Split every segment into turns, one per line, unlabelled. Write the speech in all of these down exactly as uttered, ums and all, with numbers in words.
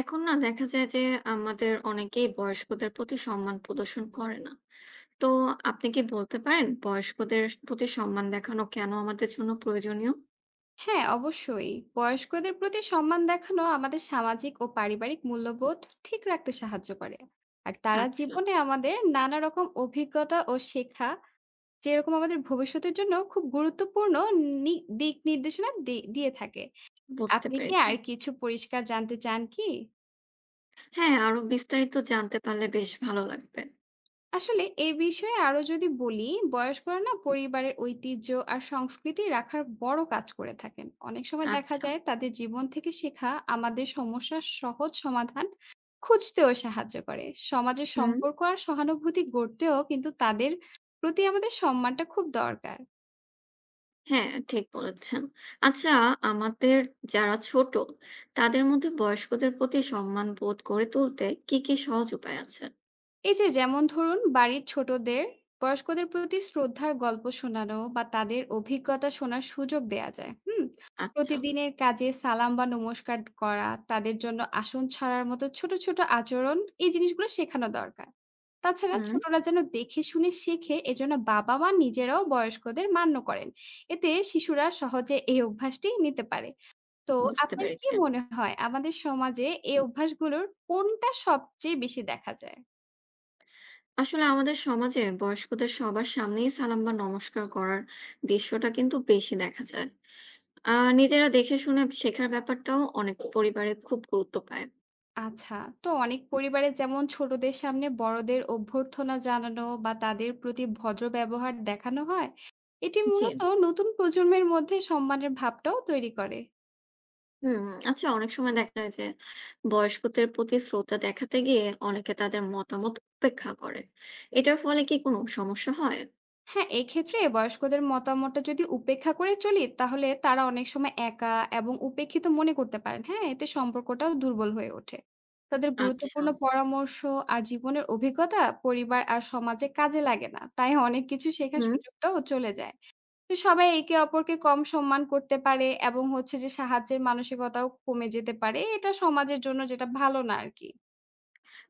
এখন না দেখা যায় যে আমাদের অনেকেই বয়স্কদের প্রতি সম্মান প্রদর্শন করে না। তো আপনি কি বলতে পারেন বয়স্কদের প্রতি সম্মান দেখানো কেন আমাদের জন্য প্রয়োজনীয়?
হ্যাঁ, অবশ্যই। বয়স্কদের প্রতি সম্মান দেখানো আমাদের সামাজিক ও পারিবারিক মূল্যবোধ ঠিক রাখতে সাহায্য করে। আর তারা
আচ্ছা,
জীবনে আমাদের নানা রকম অভিজ্ঞতা ও শেখা, যেরকম আমাদের ভবিষ্যতের জন্য খুব গুরুত্বপূর্ণ নি দিক নির্দেশনা দি দিয়ে থাকে।
বুঝতে
আপনি কি
পেরেছি।
আর কিছু পরিষ্কার জানতে চান কি?
হ্যাঁ, আরো বিস্তারিত জানতে পারলে বেশ ভালো লাগবে।
আসলে এই বিষয়ে আরো যদি বলি, বয়স্করা না পরিবারের ঐতিহ্য আর সংস্কৃতি রাখার বড় কাজ করে থাকেন। অনেক সময় দেখা
আচ্ছা,
যায় তাদের জীবন থেকে শেখা আমাদের সমস্যার সহজ সমাধান খুঁজতেও সাহায্য করে। সমাজের
হুম,
সম্পর্ক আর সহানুভূতি গড়তেও কিন্তু তাদের প্রতি আমাদের সম্মানটা খুব দরকার।
হ্যাঁ, ঠিক বলেছেন। আচ্ছা, আমাদের যারা ছোট তাদের মধ্যে বয়স্কদের প্রতি সম্মান বোধ গড়ে তুলতে কি, কি সহজ উপায় আছে?
এই যে যেমন ধরুন, বাড়ির ছোটদের বয়স্কদের প্রতি শ্রদ্ধার গল্প শোনানো বা তাদের অভিজ্ঞতা শোনার সুযোগ দেয়া যায়। হুম,
আচ্ছা,
প্রতিদিনের কাজে সালাম বা নমস্কার করা, তাদের জন্য আসন ছাড়ার মতো ছোট ছোট আচরণ, এই জিনিসগুলো শেখানো দরকার। তাছাড়া
হুম,
ছোটরা যেন দেখে শুনে শেখে এজন্য বাবা মা নিজেরাও বয়স্কদের মান্য করেন। এতে শিশুরা সহজে এই অভ্যাসটি নিতে পারে। তো
বুঝতে
আপনার কি
পেরেছি।
মনে হয়, আমাদের সমাজে এই অভ্যাসগুলোর কোনটা সবচেয়ে বেশি দেখা যায়?
আসলে আমাদের সমাজে বয়স্কদের সবার সামনেই সালাম বা নমস্কার করার দৃশ্যটা কিন্তু বেশি দেখা যায়। আহ নিজেরা দেখে শুনে শেখার ব্যাপারটাও অনেক পরিবারে খুব গুরুত্ব পায়।
আচ্ছা। তো অনেক পরিবারে যেমন ছোটদের সামনে বড়দের অভ্যর্থনা জানানো বা তাদের প্রতি ভদ্র ব্যবহার দেখানো হয়। এটি
জি।
মূলত নতুন প্রজন্মের মধ্যে সম্মানের ভাবটাও তৈরি করে।
হুম। আচ্ছা, অনেক সময় দেখা যায় যে বয়স্কদের প্রতি শ্রদ্ধা দেখাতে গিয়ে অনেকে তাদের মতামত উপেক্ষা করে। এটার ফলে কি কোনো সমস্যা হয়?
হ্যাঁ, এক্ষেত্রে বয়স্কদের মতামতটা যদি উপেক্ষা করে চলি, তাহলে তারা অনেক সময় একা এবং উপেক্ষিত মনে করতে পারেন। হ্যাঁ, এতে সম্পর্কটাও দুর্বল হয়ে ওঠে। তাদের
আচ্ছা।
গুরুত্বপূর্ণ পরামর্শ আর জীবনের অভিজ্ঞতা পরিবার আর সমাজে কাজে লাগে না। তাই অনেক কিছু শেখার
হুম।
সুযোগটাও চলে যায়। তো সবাই একে অপরকে কম সম্মান করতে পারে এবং হচ্ছে যে সাহায্যের মানসিকতাও কমে যেতে পারে। এটা সমাজের জন্য যেটা ভালো না আরকি।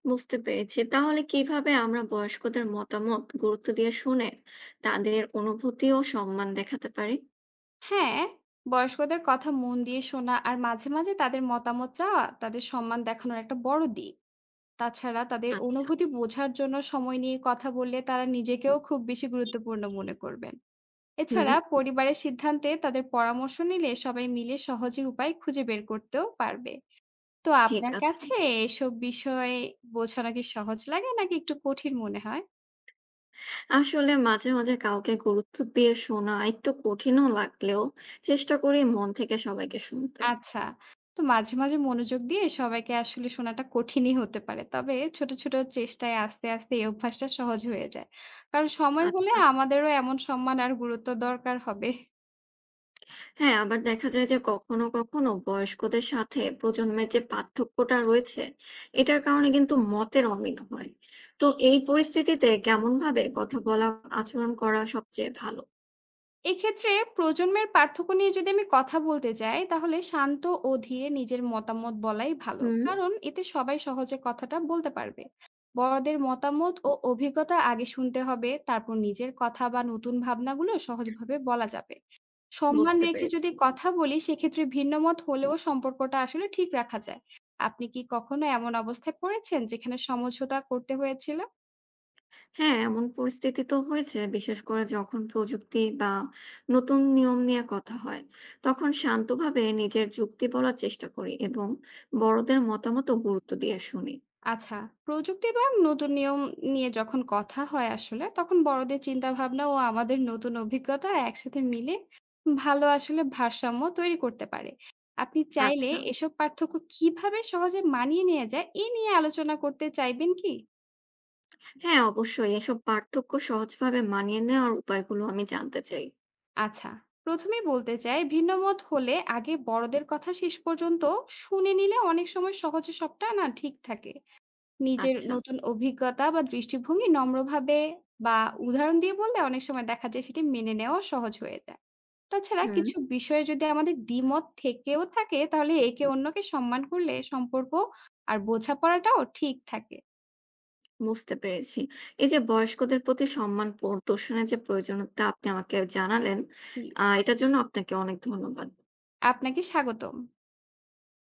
বুঝতে পেরেছি। তাহলে কিভাবে আমরা বয়স্কদের মতামত গুরুত্ব দিয়ে শুনে তাদের অনুভূতি ও সম্মান দেখাতে পারি?
হ্যাঁ, বয়স্কদের কথা মন দিয়ে শোনা আর মাঝে, মাঝে তাদের মতামত চাওয়া তাদের সম্মান দেখানোর একটা বড় দিক। তাছাড়া তাদের
আচ্ছা।
অনুভূতি বোঝার জন্য সময় নিয়ে কথা বললে তারা নিজেকেও খুব বেশি গুরুত্বপূর্ণ মনে করবেন।
হুম।
এছাড়া পরিবারের সিদ্ধান্তে তাদের পরামর্শ নিলে সবাই মিলে সহজে উপায় খুঁজে বের করতেও পারবে। তো
ঠিক
আপনার
আছে।
কাছে এসব বিষয় বোঝানো কি সহজ লাগে নাকি একটু কঠিন মনে হয়?
আসলে মাঝে, মাঝে কাউকে গুরুত্ব দিয়ে শোনা একটু কঠিনও লাগলেও চেষ্টা করি মন থেকে সবাইকে শুনতে।
আচ্ছা। তো মাঝে, মাঝে মনোযোগ দিয়ে সবাইকে আসলে শোনাটা কঠিনই হতে পারে। তবে ছোট, ছোট চেষ্টায় আস্তে, আস্তে এই অভ্যাসটা সহজ হয়ে যায়। কারণ সময় হলে
আচ্ছা।
আমাদেরও এমন সম্মান আর গুরুত্ব দরকার হবে।
হ্যাঁ, আবার দেখা যায় যে কখনো, কখনো বয়স্কদের সাথে প্রজন্মের যে পার্থক্যটা রয়েছে, এটার কারণে কিন্তু মতের অমিল হয়। তো এই পরিস্থিতিতে কেমনভাবে কথা বলা, আচরণ করা সবচেয়ে ভালো?
এক্ষেত্রে প্রজন্মের পার্থক্য নিয়ে যদি আমি কথা বলতে যাই, তাহলে শান্ত ও ধীরে নিজের মতামত বলাই ভালো।
হুম,
কারণ এতে সবাই সহজে কথাটা বলতে পারবে। বড়দের মতামত ও অভিজ্ঞতা আগে শুনতে হবে, তারপর নিজের কথা বা নতুন ভাবনাগুলো সহজভাবে বলা যাবে। সম্মান
বুঝতে
রেখে
পেরেছি।
যদি কথা বলি, সেক্ষেত্রে ভিন্নমত হলেও সম্পর্কটা আসলে ঠিক রাখা যায়। আপনি কি কখনো এমন অবস্থায় পড়েছেন যেখানে সমঝোতা করতে হয়েছিল?
হ্যাঁ, এমন পরিস্থিতি তো হয়েছে। বিশেষ করে যখন প্রযুক্তি বা নতুন নিয়ম নিয়ে কথা হয়, তখন শান্তভাবে নিজের যুক্তি বলার চেষ্টা করি এবং বড়দের মতামতও গুরুত্ব দিয়ে শুনি।
আচ্ছা, প্রযুক্তি বা নতুন নিয়ম নিয়ে যখন কথা হয় আসলে, তখন বড়দের চিন্তাভাবনা ও আমাদের নতুন অভিজ্ঞতা একসাথে মিলে ভালো আসলে ভারসাম্য তৈরি করতে পারে। আপনি চাইলে
আচ্ছা,
এসব পার্থক্য কিভাবে সহজে মানিয়ে নেয়া যায়, এ নিয়ে আলোচনা করতে চাইবেন কি?
হ্যাঁ, অবশ্যই এসব পার্থক্য সহজভাবে মানিয়ে নেওয়ার উপায়গুলো আমি জানতে চাই।
আচ্ছা, প্রথম এই বলতে চাই, ভিন্নমত হলে আগে বড়দের কথা শেষ পর্যন্ত শুনে নিলে অনেক সময় সহজে সবটা না ঠিক থাকে। নিজের
আচ্ছা,
নতুন অভিজ্ঞতা বা দৃষ্টিভঙ্গি নম্রভাবে বা উদাহরণ দিয়ে বললে অনেক সময় দেখা যায় সেটি মেনে নেওয়া সহজ হয়ে যায়। তাছাড়া
হুম,
কিছু বিষয়ে যদি আমাদের দ্বিমত থেকেও থাকে তাহলে একে অন্যকে সম্মান করলে সম্পর্ক আর বোঝাপড়াটাও ঠিক থাকে।
বুঝতে পেরেছি। এই যে বয়স্কদের প্রতি সম্মান প্রদর্শনের যে প্রয়োজনীয়তা আপনি আমাকে জানালেন,
জি,
আ এটার জন্য আপনাকে অনেক ধন্যবাদ।
আপনাকে স্বাগতম।